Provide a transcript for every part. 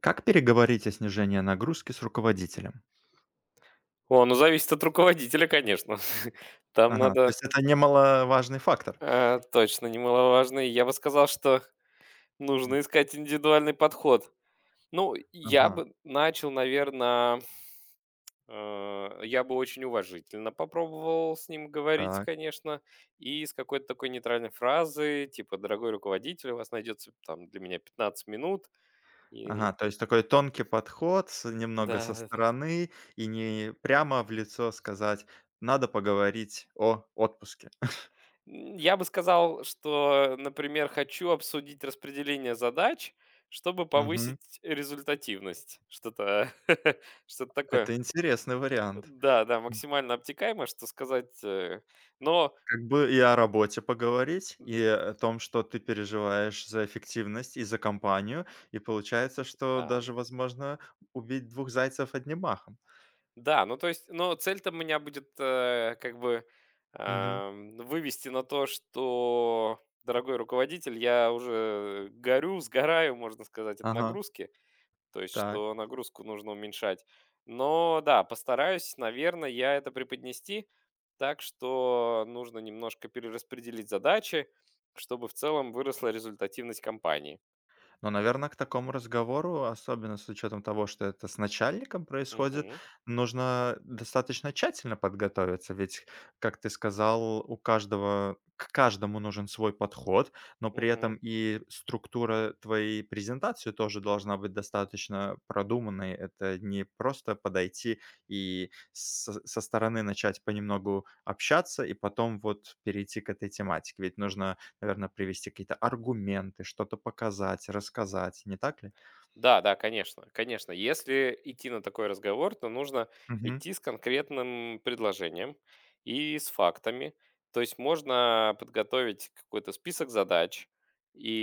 Как переговорить о снижении нагрузки с руководителем? О, ну зависит от руководителя, конечно. Там Ага, то надо, есть это немаловажный фактор. Точно немаловажно. И я бы сказал, что М, нужно искать индивидуальный подход. Ну, я ага, бы начал, наверное, я бы очень уважительно попробовал с ним говорить, так. конечно, и с какой-то такой нейтральной фразы, типа: "Дорогой руководитель, у вас найдется там для меня 15 минут". Ага, И то есть такой тонкий подход, с немного да, со да, да. стороны и не прямо в лицо сказать: "Надо поговорить о отпуске". М, я бы сказал, что, например, хочу обсудить распределение задач, чтобы Мгм. повысить результативность. Что-то что-то такое. Это интересный вариант. Да, да, М, максимально обтекаемо, что сказать. Но как бы и о работе поговорить, и о том, что ты переживаешь за эффективность и за компанию. И получается, что да, даже возможно убить двух зайцев одним махом. да, ну то есть, но цель-то у меня будет как бы Мгм. Вывести на то, что, дорогой руководитель, я уже горю, сгораю, можно сказать, от Ага. нагрузки. То есть, Так. что нагрузку нужно уменьшать. Но да, постараюсь, наверное, я это преподнести так, что нужно немножко перераспределить задачи, чтобы в целом выросла результативность компании. Но, наверное, к такому разговору, особенно с учетом того, что это с начальником происходит, Мгм. нужно достаточно тщательно подготовиться. Ведь, как ты сказал, у каждого к каждому нужен свой подход, но при Мгм. этом и структура твоей презентации тоже должна быть достаточно продуманной. Это не просто подойти и с со стороны начать понемногу общаться и потом вот перейти к этой тематике. Ведь нужно наверно, привести какие-то аргументы, что-то показать, рассказать, не так ли? Да, да, конечно, конечно. Если идти на такой разговор, то нужно Мгм. идти с конкретным предложением и с фактами. То есть можно подготовить какой-то список задач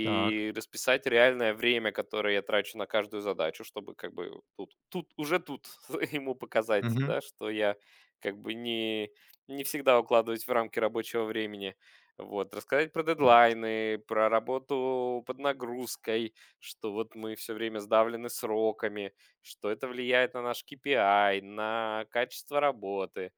Так. расписать реальное время, которое я трачу на каждую задачу, чтобы как бы тут уже тут ему показать, Мгм. да, что я как бы не всегда укладываюсь в рамки рабочего времени. Вот, рассказать про дедлайны, про работу под нагрузкой, что вот мы все время сдавлены сроками, что это влияет на наш KPI, на качество работы.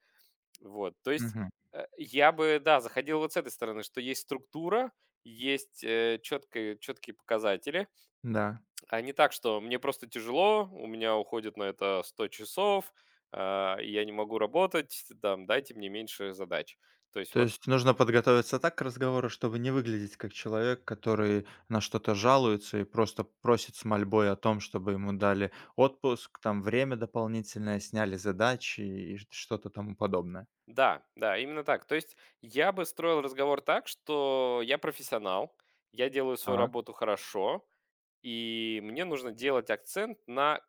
Вот, то есть Мгм. Я бы, да, заходил вот с этой стороны, что есть структура, есть четкие показатели, Да. а не так, что мне просто тяжело, у меня уходит на это 100 часов, я не могу работать, там, дайте мне меньше задач. То есть То вот. есть нужно подготовиться так к разговору, чтобы не выглядеть как человек, который на что-то жалуется и просто просит с мольбой о том, чтобы ему дали отпуск, там время дополнительное, сняли задачи и ш что-то тому подобное. Да, да, именно так. То есть я бы строил разговор так, что я профессионал, я делаю свою Так. работу хорошо, и мне нужно делать акцент на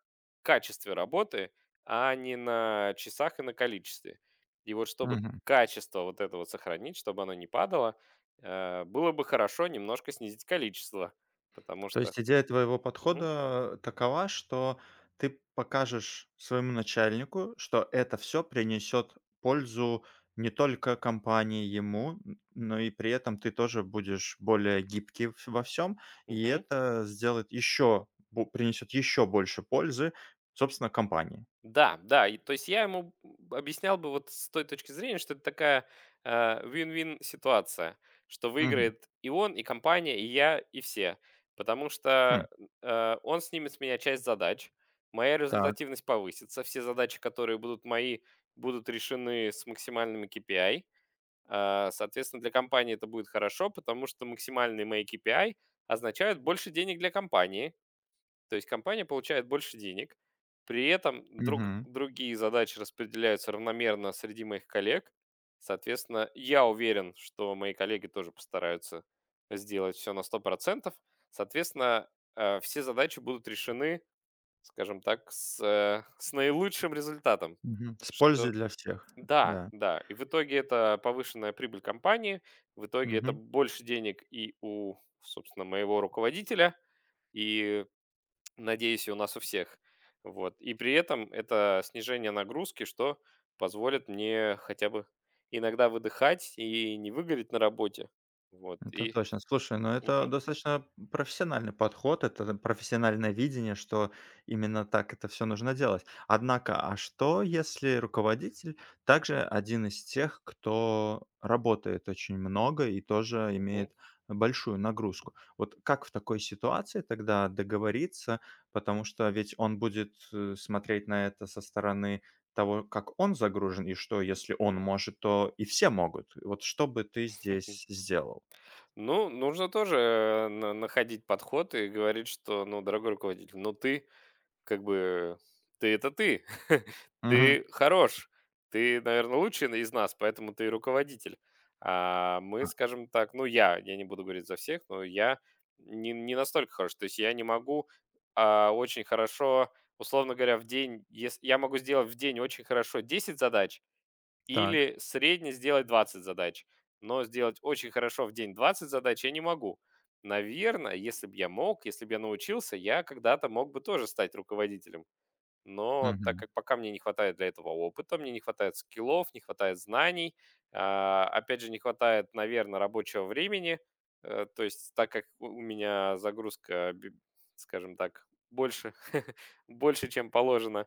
качестве работы, а не на часах и на количестве. И вот чтобы Мгм. качество вот этого сохранить, чтобы оно не падало, было бы хорошо немножко снизить количество, потому То что... есть идея твоего Мгм, подхода такова, что ты покажешь своему начальнику, что это все принесет пользу не только компании, ему, н но и при этом ты тоже будешь более гибкий в во всем, и мгм. это сделает еще принесет еще больше пользы, собственно, компании. Да, да, и то есть я ему объяснял бы вот с той точки зрения, что это такая э, win-win ситуация, что Мгм. выиграет и он, и компания, и я, и все. Потому Хм. что он снимет с меня часть задач, моя Так. результативность повысится, все задачи, которые будут мои, будут решены с максимальными KPI. Соответственно, для компании это будет хорошо, потому что максимальные мои KPI означают больше денег для компании, то есть компания получает больше денег, при этом Мгм. другие задачи распределяются равномерно среди моих коллег. Соответственно, я уверен, что мои коллеги тоже постараются сделать все на 100%. Соответственно, все задачи будут решены, скажем так, с наилучшим результатом. Мгм. С пользой Что... для всех. Да, Да. да. И в итоге это повышенная прибыль компании, в итоге это Мгм. больше денег и у, собственно, моего руководителя, и надеюсь, и у нас у всех. Вот. И при этом это снижение нагрузки, что позволит мне хотя бы иногда выдыхать и не выгореть на работе. Вот. Это точно. Слушай, ну это Мгм, достаточно профессиональный подход, это да, профессиональное видение, что именно так это все нужно делать. Однако, а что, если руководитель также один из тех, кто работает очень много и тоже мгм. имеет большую нагрузку? Вот как в такой ситуации тогда договориться, потому что ведь он будет смотреть на это со стороны того, как он загружен, и что, если он может, то и все могут. Вот что бы ты здесь сделал? Ну, нужно тоже находить подход и говорить, что, ну, дорогой руководитель, ну ты, как бы, это ты. Мгм. Ты хорош. Ты, наверное, лучший из нас, поэтому ты и руководитель. А мы, А, скажем так, ну, я не буду говорить за всех, но я не настолько хорош. То есть я не могу, очень хорошо, условно говоря, в день, ес я могу сделать в день очень хорошо 10 задач, так. или средне сделать 20 задач. Но сделать очень хорошо в день 20 задач я не могу. Наверное, если бы я мог, если бы я научился, я когда-то мог бы тоже стать руководителем. Но так Мгм. как пока мне не хватает для этого опыта, мне не хватает скиллов, не хватает знаний, опять же, не хватает, наверное, рабочего времени. То есть так как у меня загрузка, скажем так, больше, больше, чем положено,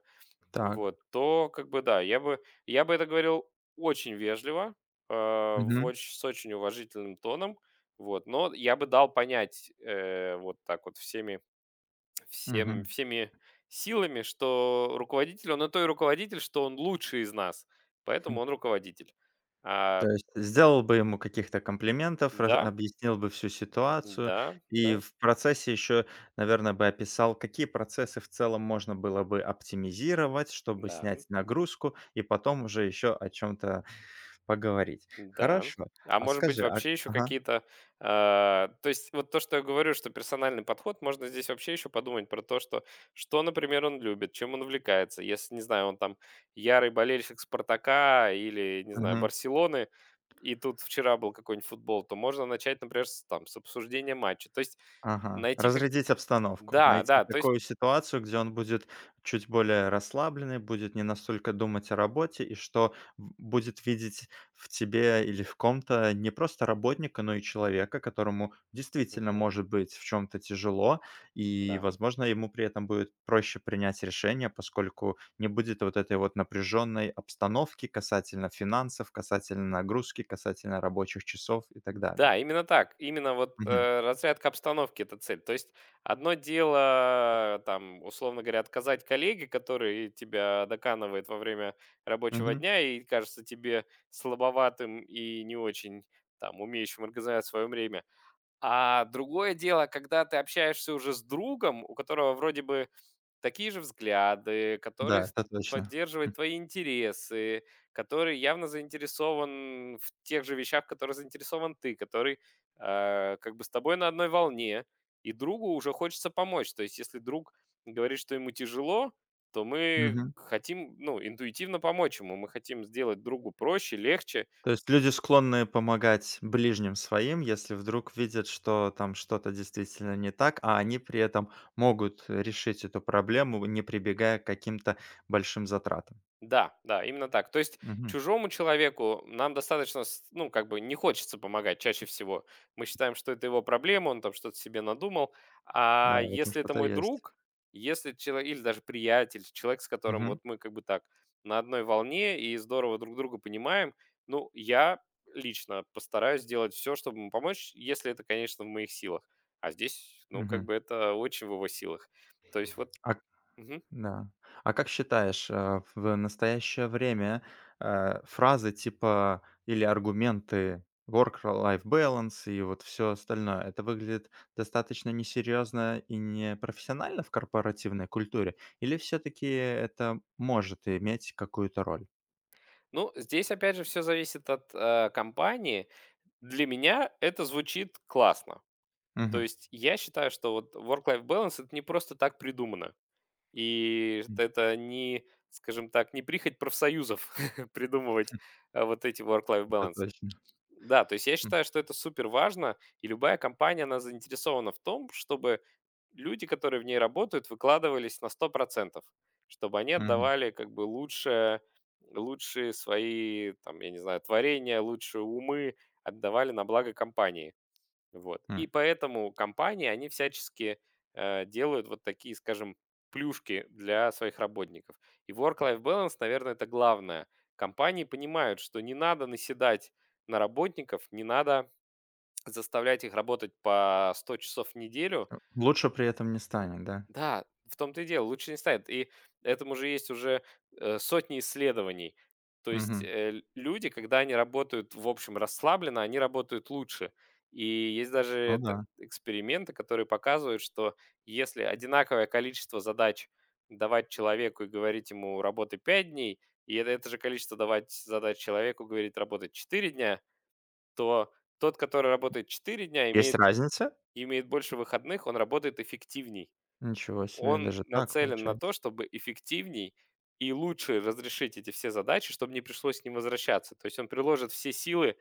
Так. вот, то как бы да, я бы это говорил очень вежливо, Мгм. С очень уважительным тоном, вот, но я бы дал понять вот так вот Мгм. всеми силами, что руководитель, он и то и руководитель, что он лучший из нас, Хм. поэтому он руководитель. А, То есть сделал бы ему каких-то комплиментов, рас да, объяснил бы всю ситуацию да, и да, в процессе еще, наверное, бы описал, какие процессы в целом можно было бы оптимизировать, чтобы да. снять нагрузку, и потом уже еще о чем-то поговорить. Да. Хорошо. А А может быть, скажи, а вообще еще ага. какие-то, то есть вот то, что я говорю, что персональный подход, можно здесь вообще еще подумать про то, что, например, он любит, чем он увлекается. Если, не знаю, он там ярый болельщик Спартака или, не знаю, Мгм. Барселоны, и тут вчера был какой-нибудь футбол, то можно начать, например, с, там, с обсуждения матча. То есть Ага. найти как... Разрядить обстановку, Да, найти да, то есть... такую ситуацию, где он будет чуть более расслабленный, будет не настолько думать о работе и что в будет видеть в тебе или в ком-то не просто работника, но и человека, которому действительно Мгм. может быть в чем то тяжело. И, Да. возможно, ему при этом будет проще принять решение, поскольку не будет вот этой вот напряженной обстановки касательно финансов, касательно нагрузки, касательно рабочих часов и так далее. Да, именно так. Именно вот, Мгм. Разрядка обстановки — это цель. То есть одно дело, там, условно говоря, отказать коллеге, который тебя доканывает во время рабочего Мгм. дня и кажется тебе слабоватым и не очень, там, умеющим организовать свое время. А другое дело, когда ты общаешься уже с другом, у которого вроде бы такие же взгляды, который Да, это точно. поддерживает твои интересы, который явно заинтересован в тех же вещах, в которых заинтересован ты, который как бы с тобой на одной волне, и другу уже хочется помочь. То есть, если друг говорит, что ему тяжело, то мы Мгм. хотим, ну, интуитивно помочь ему, мы хотим сделать другу проще, легче. То есть люди склонны помогать ближним своим, если вдруг видят, что там что-то действительно не так, а они при этом могут решить эту проблему, не прибегая к каким-то большим затратам. Да, да, именно так. То есть Мгм. чужому человеку нам достаточно, ну, как бы не хочется помогать чаще всего. Мы считаем, что это его проблема, он там что-то себе надумал. А Да, в этом если это что-то мой есть. друг, если человек, или даже приятель, человек, с которым вот Мгм. мы как бы так на одной волне и здорово друг друга понимаем, ну, я лично постараюсь сделать все, чтобы ему помочь, если это, конечно, в моих силах. А здесь, ну, как Мгм. бы это очень в его силах. То есть вот. А да. А как считаешь, в настоящее время, фразы типа или аргументы work-life balance и вот все остальное — это выглядит достаточно несерьезно и непрофессионально в корпоративной культуре? Или все таки это может иметь какую-то роль? Ну, здесь опять же все зависит от, компании. Для меня это звучит классно. То Мгм. есть я считаю, что вот work-life balance — это не просто так придумано. И М, что это не, скажем так, не прихоть профсоюзов придумывать, вот эти work-life это balance. точно. Да, то есть я М, считаю, что это супер важно, и любая компания, она заинтересована в том, чтобы люди, которые в ней работают, выкладывались на 100%, чтобы они мгм, отдавали как бы лучшее, лучшие свои, там, я не знаю, творения, лучшие умы отдавали на благо компании. Вот. м. И поэтому компании, они всячески делают вот такие, скажем, плюшки для своих работников. И work-life balance, наверное, это главное. Компании понимают, что не надо наседать на работников, не надо заставлять их работать по 100 часов в неделю, Э, лучше при этом не станет, да? да, в том-то и дело, лучше не станет. И этому же есть уже сотни исследований. То есть Мгм. Люди, когда они работают, в общем, расслабленно, они работают лучше. И есть даже Ну да. эксперименты, которые показывают, что если одинаковое количество задач давать человеку и говорить ему работы 5 дней, и это же количество давать задач человеку, говорить работать 4 дня, то тот, который работает 4 дня, Есть разница? имеет больше выходных, он работает эффективней. Ничего себе, Он даже так нацелен на то, получается. чтобы эффективней и лучше разрешить эти все задачи, чтобы не пришлось к ним возвращаться. То есть он приложит все силы,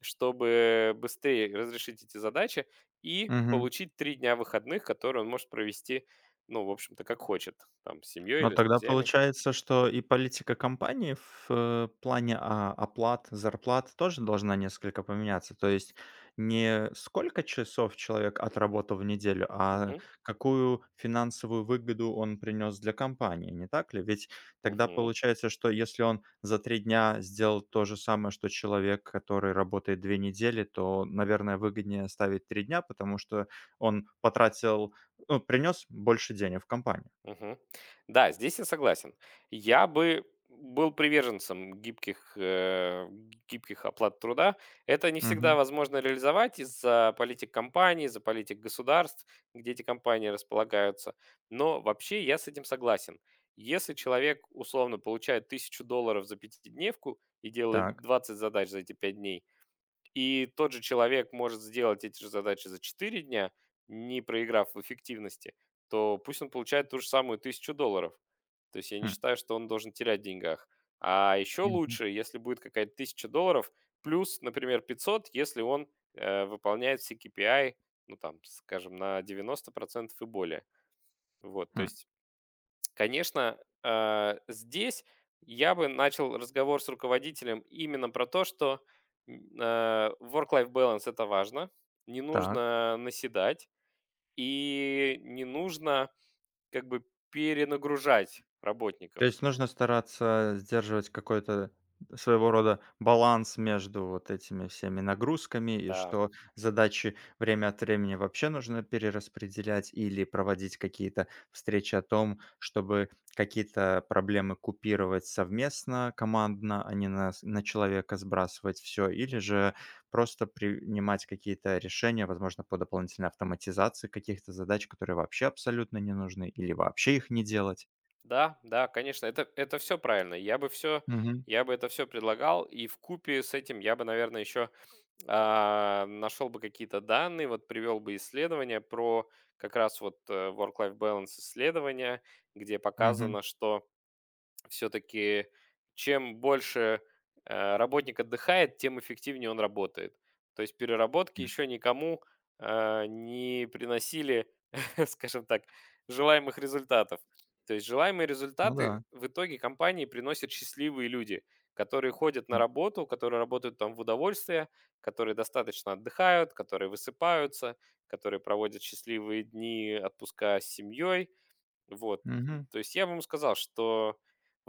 чтобы быстрее разрешить эти задачи и Мгм. получить 3 дня выходных, которые он может провести, ну, в общем-то, как хочет, там, с семьей Но или с тогда друзьями. получается, что и политика компании в, плане, а, оплат, зарплат тоже должна несколько поменяться. То есть не сколько часов человек отработал в неделю, а Мгм. какую финансовую выгоду он принес для компании, не так ли? Ведь тогда Мгм. получается, что если он за 3 дня сделал то же самое, что человек, который работает 2 недели, то, наверное, выгоднее ставить 3 дня, потому что он потратил, ну, принес больше денег в компанию. Мгм. Да, здесь я согласен. Я бы был приверженцем гибких оплат труда. Это не всегда Мгм. возможно реализовать из-за политик компаний, из-за политик государств, где эти компании располагаются. Но вообще я с этим согласен. Если человек условно получает 1000 долларов за пятидневку и делает Так. 20 задач за эти 5 дней, и тот же человек может сделать эти же задачи за 4 дня, не проиграв в эффективности, то пусть он получает ту же самую 1000 долларов. То есть я не Хм. считаю, что он должен терять в деньгах. А еще Мгм. лучше, если будет какая-то 1000 долларов, плюс, например, 500, если он выполняет все KPI, ну там, скажем, на 90% и более. Вот, то Хм. есть, конечно, здесь я бы начал разговор с руководителем именно про то, что work-life balance это важно, не Так. нужно наседать и не нужно как бы перенагружать работников. То есть нужно стараться сдерживать какой-то своего рода баланс между вот этими всеми нагрузками, и Да, что задачи время от времени вообще нужно перераспределять или проводить какие-то встречи о том, чтобы какие-то проблемы купировать совместно, командно, а не на, на человека сбрасывать все, или же просто принимать какие-то решения, возможно, по дополнительной автоматизации каких-то задач, которые вообще абсолютно не нужны, или вообще их не делать. да, да, конечно, это все правильно. Я бы это все предлагал, и в купе с этим я бы, наверное, еще нашел бы какие-то данные, вот привел бы исследования про как раз вот work-life balance исследования, где Мгм. показано, что все-таки чем больше работник отдыхает, тем эффективнее он работает. То есть переработки М. еще никому не приносили, скажем так, желаемых результатов. То есть желаемые Ну результаты да. в итоге компании приносят счастливые люди, которые ходят на М. работу, которые работают там в удовольствие, которые достаточно отдыхают, которые высыпаются, которые проводят счастливые дни отпуска с семьей, вот. Мгм. То есть я бы ему сказал, что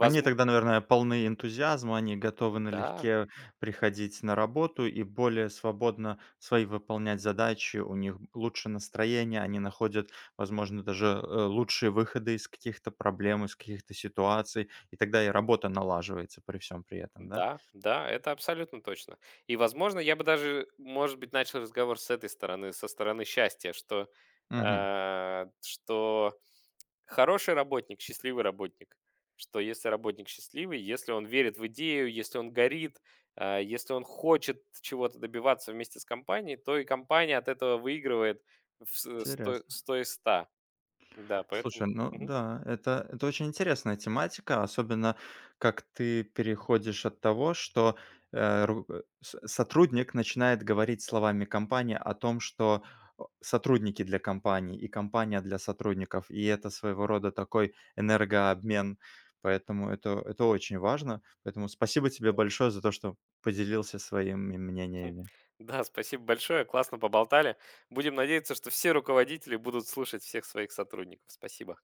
Они тогда, наверное, полны энтузиазма, они готовы да, налегке приходить на работу и более свободно свои выполнять задачи, у них лучше настроение, они находят, возможно, даже, лучшие выходы из каких-то проблем, из каких-то ситуаций, и тогда и работа налаживается при всем при этом, да? да, да, это абсолютно точно. И, возможно, я бы даже, может быть, начал разговор с этой стороны, со стороны счастья, что, Угу. Что хороший работник, счастливый работник. Что если работник счастливый, если он верит в идею, если он горит, если он хочет чего-то добиваться вместе с компанией, то и компания от этого выигрывает в с Интересно. 100 из 100. Да, поэтому Слушай, ну мгм, да, это очень интересная тематика, особенно как ты переходишь от того, что сотрудник начинает говорить словами компании о том, что о, сотрудники для компании и компания для сотрудников, и это своего рода такой энергообмен, поэтому это очень важно. Поэтому спасибо тебе да. большое за то, что поделился своими Хм. мнениями. Да, спасибо большое, классно поболтали. Будем надеяться, что все руководители будут слушать всех своих сотрудников. Спасибо.